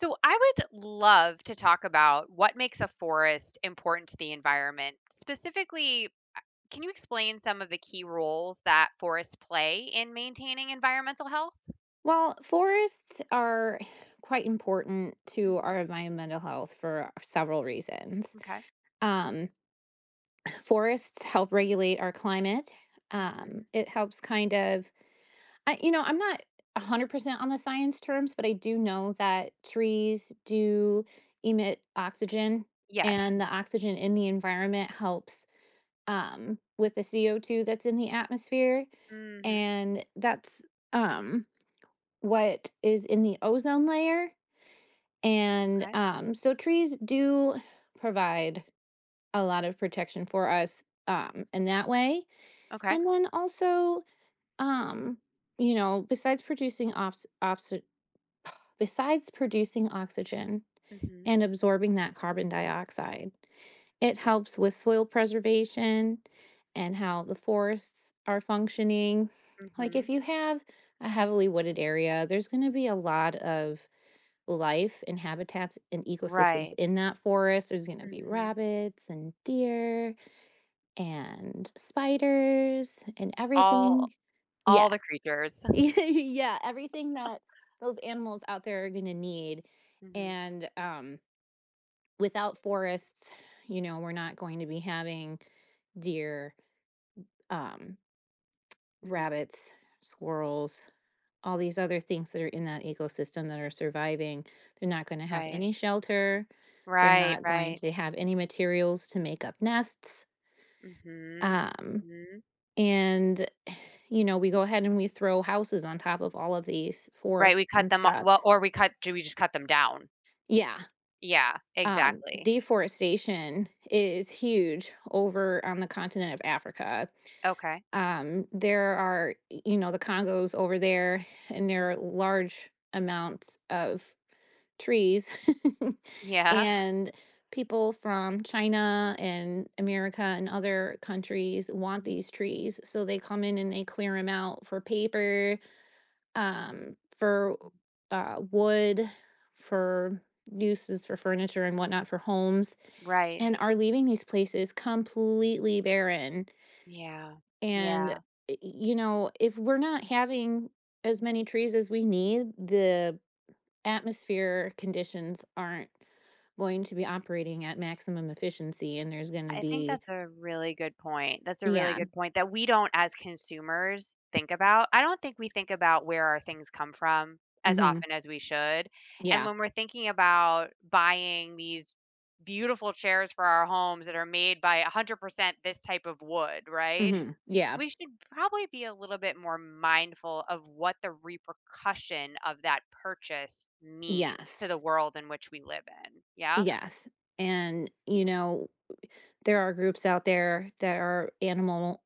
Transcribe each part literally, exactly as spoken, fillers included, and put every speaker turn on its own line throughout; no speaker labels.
So I would love to talk about what makes a forest important to the environment. Specifically, uh, can you explain some of the key roles that forests play in maintaining environmental health?
Well, forests are quite important to
Hmm.
our environmental health for several reasons.
Okay.
Um, forests help regulate our climate.
Hmm.
Um, it helps kind of, I, you know, I'm not one hundred percent on the science terms, but I do know that trees do emit oxygen,
Yes.
and the oxygen in the environment helps um, with the C O two that's in the atmosphere.
Hmm.
And that's um, what is in the ozone layer. And
Okay.
um, so trees do provide a lot of protection for us um, in that way.
Okay.
And then also, um, you know, besides producing ox- ox- besides producing oxygen
Hmm.
and absorbing that carbon dioxide, it helps with soil preservation and how the forests are functioning. Like
Hmm.
if you have a heavily wooded area, there's going to be a lot of life and habitats and ecosystems
Right.
in that forest. There's going to be
Hmm.
rabbits and deer and spiders and
All
everything. Yeah.
all the creatures.
Yeah, everything that those animals out there are going to need.
Hmm.
And um without forests, you know, we're not going to be having deer, um
Hmm.
rabbits, squirrels, all these other things that are in that ecosystem that are surviving. They're not going to have
Right.
any shelter. They're
Right.
not going
Right.
to have any materials to make up nests.
Hmm.
Um,
Hmm.
and, you know, we go ahead and we throw houses on top of all of these
Right. We
forests
cut
and
them. o-
stuff.
Well, or we cut. Do we just cut them down?
Yeah.
Yeah,
Um,
exactly.
deforestation is huge over on the continent of Africa.
Okay.
Um, there are, you know, the Congos over there, and
Mhm.
there are large amounts of trees
Yeah.
and people from China and America and other countries want
Mhm,
these trees, so they come in and they clear them out for paper, um for
mhm.
uh wood, for uses for furniture and whatnot for homes,
Right.
and are leaving these places completely barren.
Yeah.
And
Yeah.
y- you know, if we're not having as many trees as we need, the atmosphere conditions aren't going to be operating at maximum efficiency, and there's going to
I think
be
that's a really good point. That's a really
yeah.
good point that we don't as consumers think about. I don't think we think about where our things come from as
Hmm.
often as we should. And
Yeah.
when we're thinking about buying these beautiful chairs for our homes that are made by one hundred percent this type of wood, right?
Hmm. Yeah.
We should probably be a little bit more mindful of what the repercussion of that purchase means to
Yes,
the world in which we live in. Yeah?
yes, and you know, there are groups out there that are animal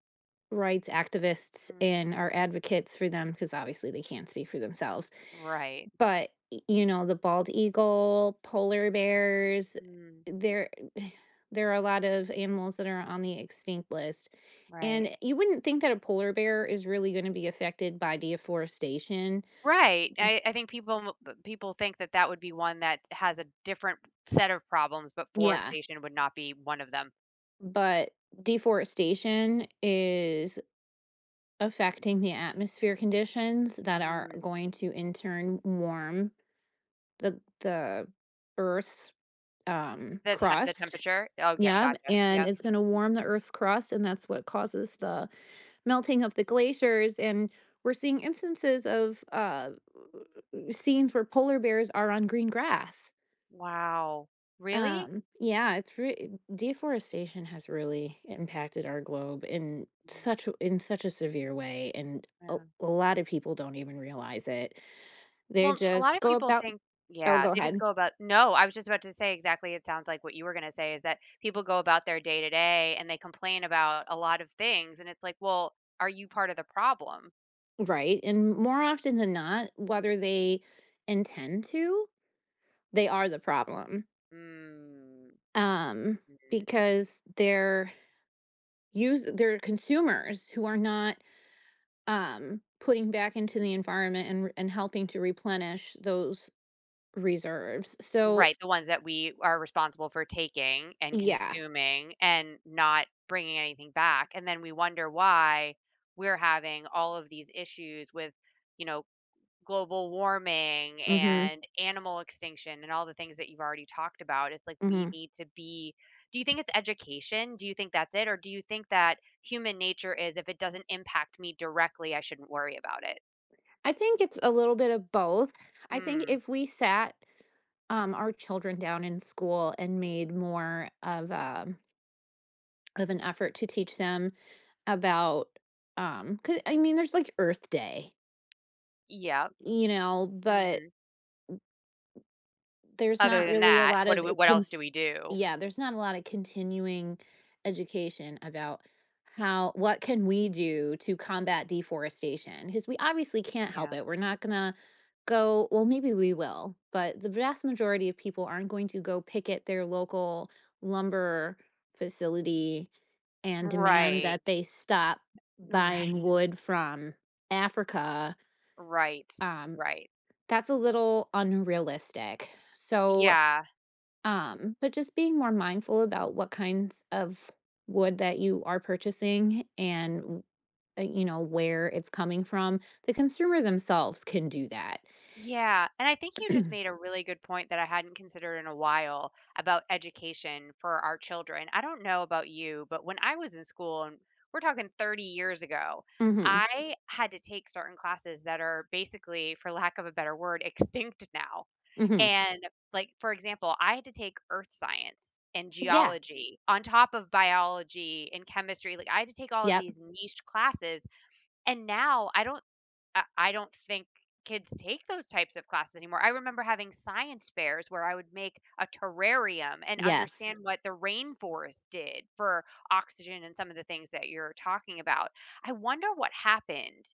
rights activists
Mhm.
and are advocates for them because obviously they can't speak for themselves.
Right.
But, y you know, the bald eagle, polar bears,
Mm,
there, there are a lot of animals that are on the extinct list,
right.
and you wouldn't think that a polar bear is really gonna be affected by deforestation.
Right. I, I think people m- people think that that would be one that has a different set of problems, but
Yeah,
forestation would not be one of them.
but deforestation is affecting the atmosphere conditions that are
Mm.
going to, in turn, warm the the Earth's, um,
The te- the
crust.
temperature. Oh, yeah,
Yeah,
gotcha.
and
Yep.
it's gonna warm the Earth's crust, and that's what causes the melting of the glaciers, and we're seeing instances of, uh, scenes where polar bears are on green grass.
Wow. Really?
Um, yeah, it's re deforestation has really impacted our globe in such a in such a severe way, and a
Mhm.
a lot of people don't even realize it. They
Well, a lot
just
of
go
people
about.
think,
Oh,
yeah,
go
they just
ahead.
go about, no, I was just about to say, exactly, it sounds like what you were gonna say is that people go about their day to day and they complain about a lot of things, and it's like, well, are you part of the problem?
Right, and more often than not, whether they intend to, they are the problem,
Mm,
um,
mhm.
because they're use they're consumers who are not, um, putting back into the environment and and helping to replenish those reserves, so
Right, the ones that we are responsible for taking and
yeah.
consuming and not bringing anything back, and then we wonder why we're having all of these issues with, you know, global warming
Mhm,
and animal extinction and all the things that you've already talked about. It's like we
mhm.
need to be. Do you think it's education? Do you think that's it? Or do you think that human nature is if it doesn't impact me directly, I shouldn't worry about it?
I think it's a little bit of both. I think
Mm.
if we sat, um, our children down in school and made more of a of an effort to teach them about, um 'cause I mean, there's, like, Earth Day,
Yep.
you know, but
Hmm.
there's
Other
not
than
really a
that,
lot
what do
of
we,
it
what
can
else do we do?
yeah, there's not a lot of continuing education about how what can we do to combat deforestation, because we obviously can't help
Yeah.
it. We're not gonna go, well, maybe we will, but the vast majority of people aren't going to go picket their local lumber facility and demand
Right.
that they stop
Right.
buying wood from Africa.
Right.
um,
Right.
that's a little unrealistic, so
Yeah.
um, but just being more mindful about what kinds of wood that you are purchasing and w- uh, you know, where it's coming from. The consumer themselves can do that.
Yeah, and I think you just
Mhm.
made a really good point that I hadn't considered in a while about education for our children. I don't know about you, but when I was in school, and we're talking thirty years ago, I had to take certain classes that are basically, for lack of a better word, extinct now.
Mhm.
And like, for example, I had to take earth science and
Yeah.
geology on top of biology and chemistry. Like, I had to take all of
Yep.
these niche classes, and now I don't I I don't think kids take those types of classes anymore. I remember having science fairs where I would make a terrarium and
Yes.
understand what the rainforest did for oxygen and some of the things that you're talking about. I wonder what happened.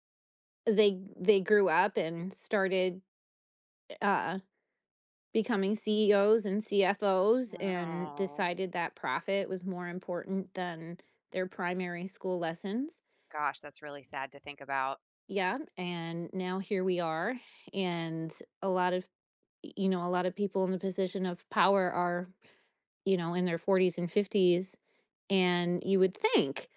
They they grew up and started uh becoming C E Os and C F Os and
Oh,
decided that profit was more important than their primary school lessons.
gosh, that's really sad to think about.
Yeah, and now here we are, and a lot of, you know, a lot of people in the position of power are, you know, in their forties and fifties. And you would think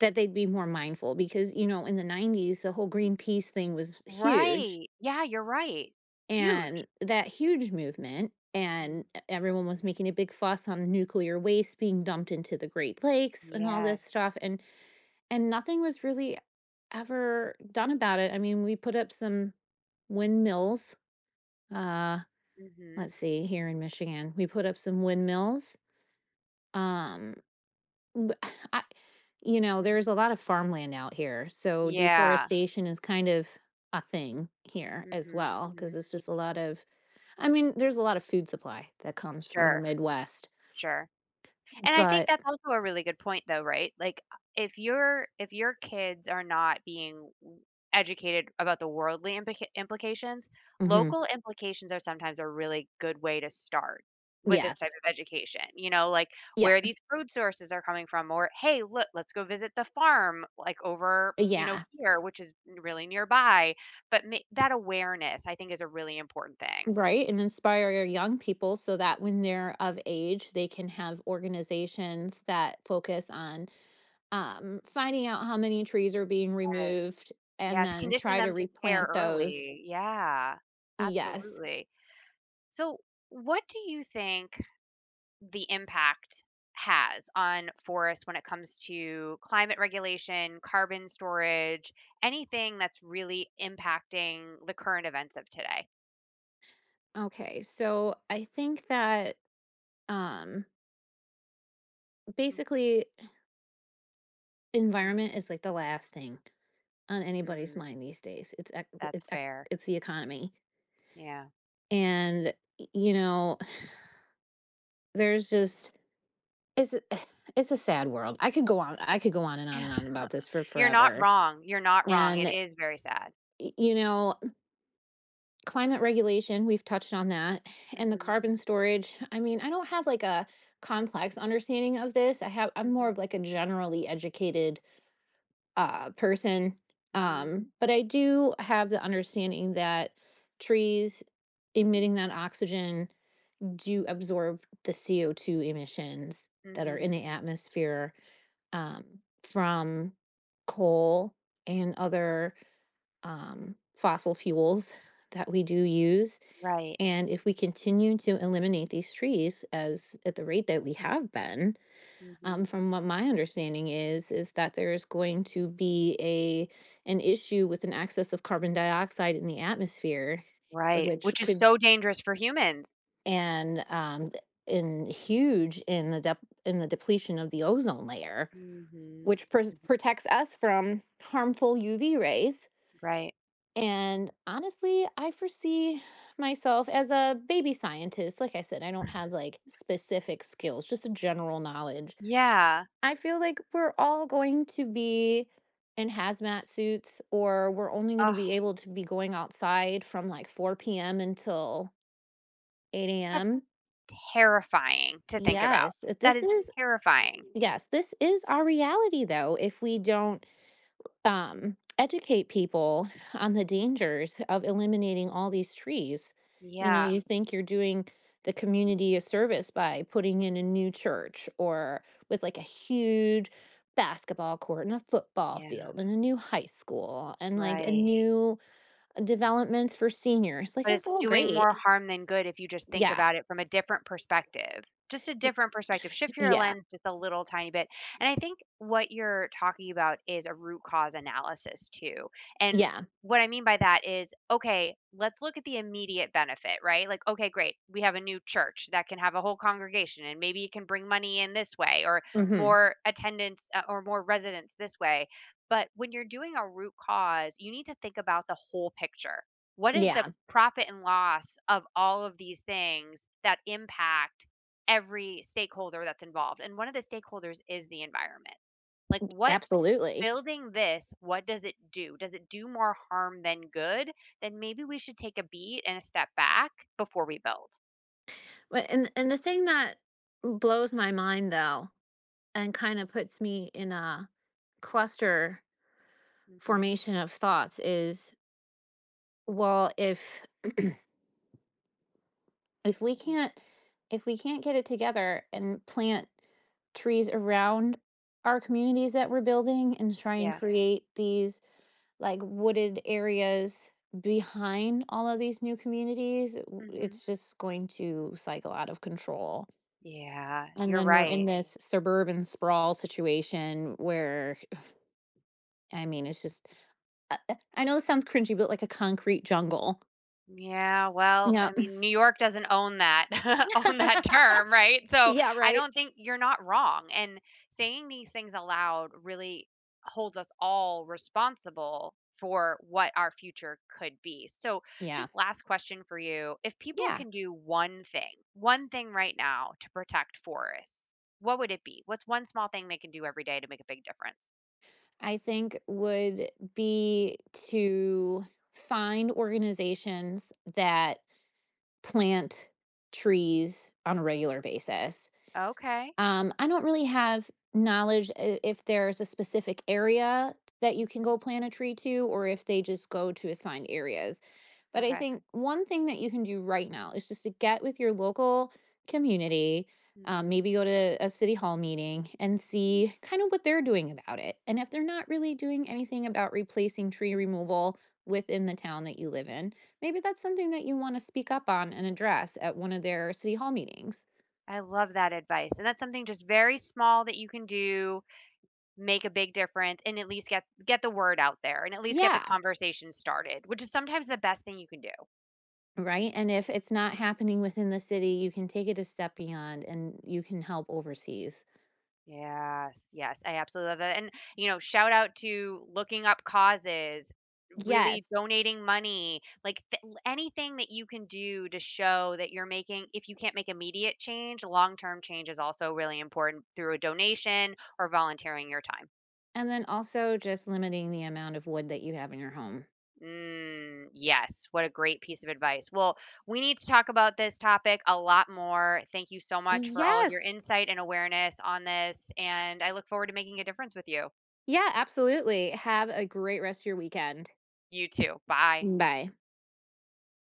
that they'd be more mindful because, you know, in the nineties, the whole Greenpeace thing was huge,
Right. Yeah, you're right. Huge.
and that huge movement.
Mhm.
And e- everyone was making a big fuss on nuclear waste being dumped into the Great Lakes and all
Yes.
this stuff. And, and nothing was really ever done about it. I mean, we put up some windmills. Uh,
Mhm.
let's see, here in Michigan, we put up some windmills. Um, w- I, you know,
Mhm.
there's a lot of farmland out here, so
Yeah.
deforestation is kind of a thing here as
Mhm.
well, because
Mhm.
it's
Yeah.
just a lot of. I mean, there's a lot of food supply that comes from the
Sure.
Midwest,
Sure. And I think
but
that's also a really good point though, right? Like uh, if your if your kids are not being w- educated about the worldly implica- implications,
mhm,
local implications are sometimes a really good way to start with this type
yes,
of education. You know, like
yeah,
where these food sources are coming from, or hey, look, let's go visit the farm like over, you know,
yeah.
here, which is really nearby. But ma- that awareness I think is a really important thing.
Right, and inspire your young people so that when they're of age, they can have organizations that focus on, um, finding out how many trees are being removed and
Yes,
then
condition
try to
them to care
replant those.
early. Yeah,
Yes.
absolutely. So, what do you think the impact has on forests when it comes to climate regulation, carbon storage, anything that's really impacting the current events of today?
Okay. So I think that um, basically environment is like the last thing on anybody's
Mm-hmm.
mind these days. It's ec-
That's
it's ec-
fair.
it's the economy,
Yeah.
and y- you know, there's just it's a- it's a sad world. I could go on. I could go on and on and
Yeah.
on about this for
You're not
forever.
wrong. You're not wrong. It
And
is very sad.
y- you know, climate regulation, we've touched on that, and the
Hmm.
carbon storage. I mean, I don't have like a complex understanding of this. I have I'm more
Hmm.
of like a generally educated uh person.
Hmm.
Um, but I do have the understanding that trees emitting that oxygen do absorb the C O two emissions that are in
Hmm.
the atmosphere, um, from coal and other, um, fossil fuels that we do use.
Right.
And if we continue to eliminate these trees as at the rate that we have been,
Hmm.
um, from what my understanding is, is that there's going to be a an issue with an excess of carbon dioxide in the atmosphere,
Right,
which
which is
could,
so dangerous for humans.
and um, in huge in the dep in the depletion of the ozone layer,
Mhm,
which pres
mhm.
protects us from harmful U V rays.
Right.
And honestly, I foresee myself as a baby scientist. Like I said, I don't have like specific skills, just a general knowledge.
Yeah.
I feel like we're all going to be in hazmat suits, or we're only going to
Oh,
be able to be going outside from like four p m until 8
that's
a.m.
terrifying to think about.
Yes,
That
this
is
is,
terrifying.
yes, this is our reality though, if we don't, um, educate people on the dangers of eliminating all these trees. You know,
Yeah.
you Yeah. think you're doing the community a service by putting in a new church or with like a huge basketball court and a football
Yeah.
field and a new high school and like a Right.
Right.
new developments for seniors. Like
But
that's
it's
all
doing
great.
more
Mhm.
harm than good if you just think
Yeah.
about it from a different perspective. Just a
y-
different perspective. Shift your
Yeah.
lens just a little tiny bit. And I think what you're talking about is a root cause analysis too. And
Yeah.
what I mean by that is, okay, let's look at the immediate benefit, right? Like, okay, great. We have a new church that can have a whole congregation and maybe it can bring money in this way or
Mhm.
more attendance, uh, or more residents this way. But when you're doing a root cause, you need to think about the whole picture. What is the
Yeah.
profit and loss of all of these things that impact every stakeholder that's involved? And one of the stakeholders is the environment. Like, what
Absolutely.
building this, what does it do? Does it do more harm than good? Then maybe we should take a beat and a step back before we build.
But and and the thing that blows my mind though and kind of puts me in a cluster
Mhm.
formation of thoughts is, well, if if we
Mhm.
can't if we can't get it together and plant trees around our communities that we're building and try and
Yeah.
create these like wooded areas behind all of these new communities, w-
Hmm.
it's just going to cycle out of control,
Yeah,
and
you're
then we're in
right.
this suburban sprawl situation where i mean it's just Uh, uh, I know this sounds cringy, but like a concrete jungle.
Yeah, well,
Yeah.
I mean, New York doesn't own that own that term, right? So,
Yeah,
I
right?
don't think you're not wrong, and saying these things aloud really holds us all responsible for what our future could be. So,
Yeah.
just last question for you. If people
Yeah.
can do one thing, one thing right now to protect forests, what would it be? What's one small thing they can do every day to make a big difference?
I think would be to find organizations that plant trees on a regular basis.
Okay.
Um, I don't really have knowledge I if there's a specific area that you can
Hmm.
go plant a tree to, or if they just go to assigned areas. But I
Okay.
think one thing that you can do right now is just to get with your local community, um,
Hmm.
maybe go to a city hall meeting and see kind of what they're doing about it. And if they're not really doing anything about replacing tree removal within the town that you live in, maybe that's something that you want to speak up on and address at one of their city hall meetings.
I love that advice, and that's something just very small that you can do, make a big difference, and at least get get the word out there, and at least get the
Yeah.
conversation started, which is sometimes the best thing you can do.
Right? And if it's not happening within the city, you can take it a step beyond and you can help overseas.
Yes, yes, I absolutely love that, and, you know, shout out to looking up causes,
Yes.
really donating money, like, th anything that you can do to show that you're making if you can't make immediate change, long-term change is also really important through a donation or volunteering your time.
And then also just limiting the amount of wood that you have in your home.
Mm, yes. What a great piece of advice. Well, we need to talk about this topic a lot more. Thank you so much for all of your
Yes.
insight and awareness on this. And I look forward to making a difference with you.
Yeah, absolutely. Have a great rest of your weekend.
You too. Bye.
Bye.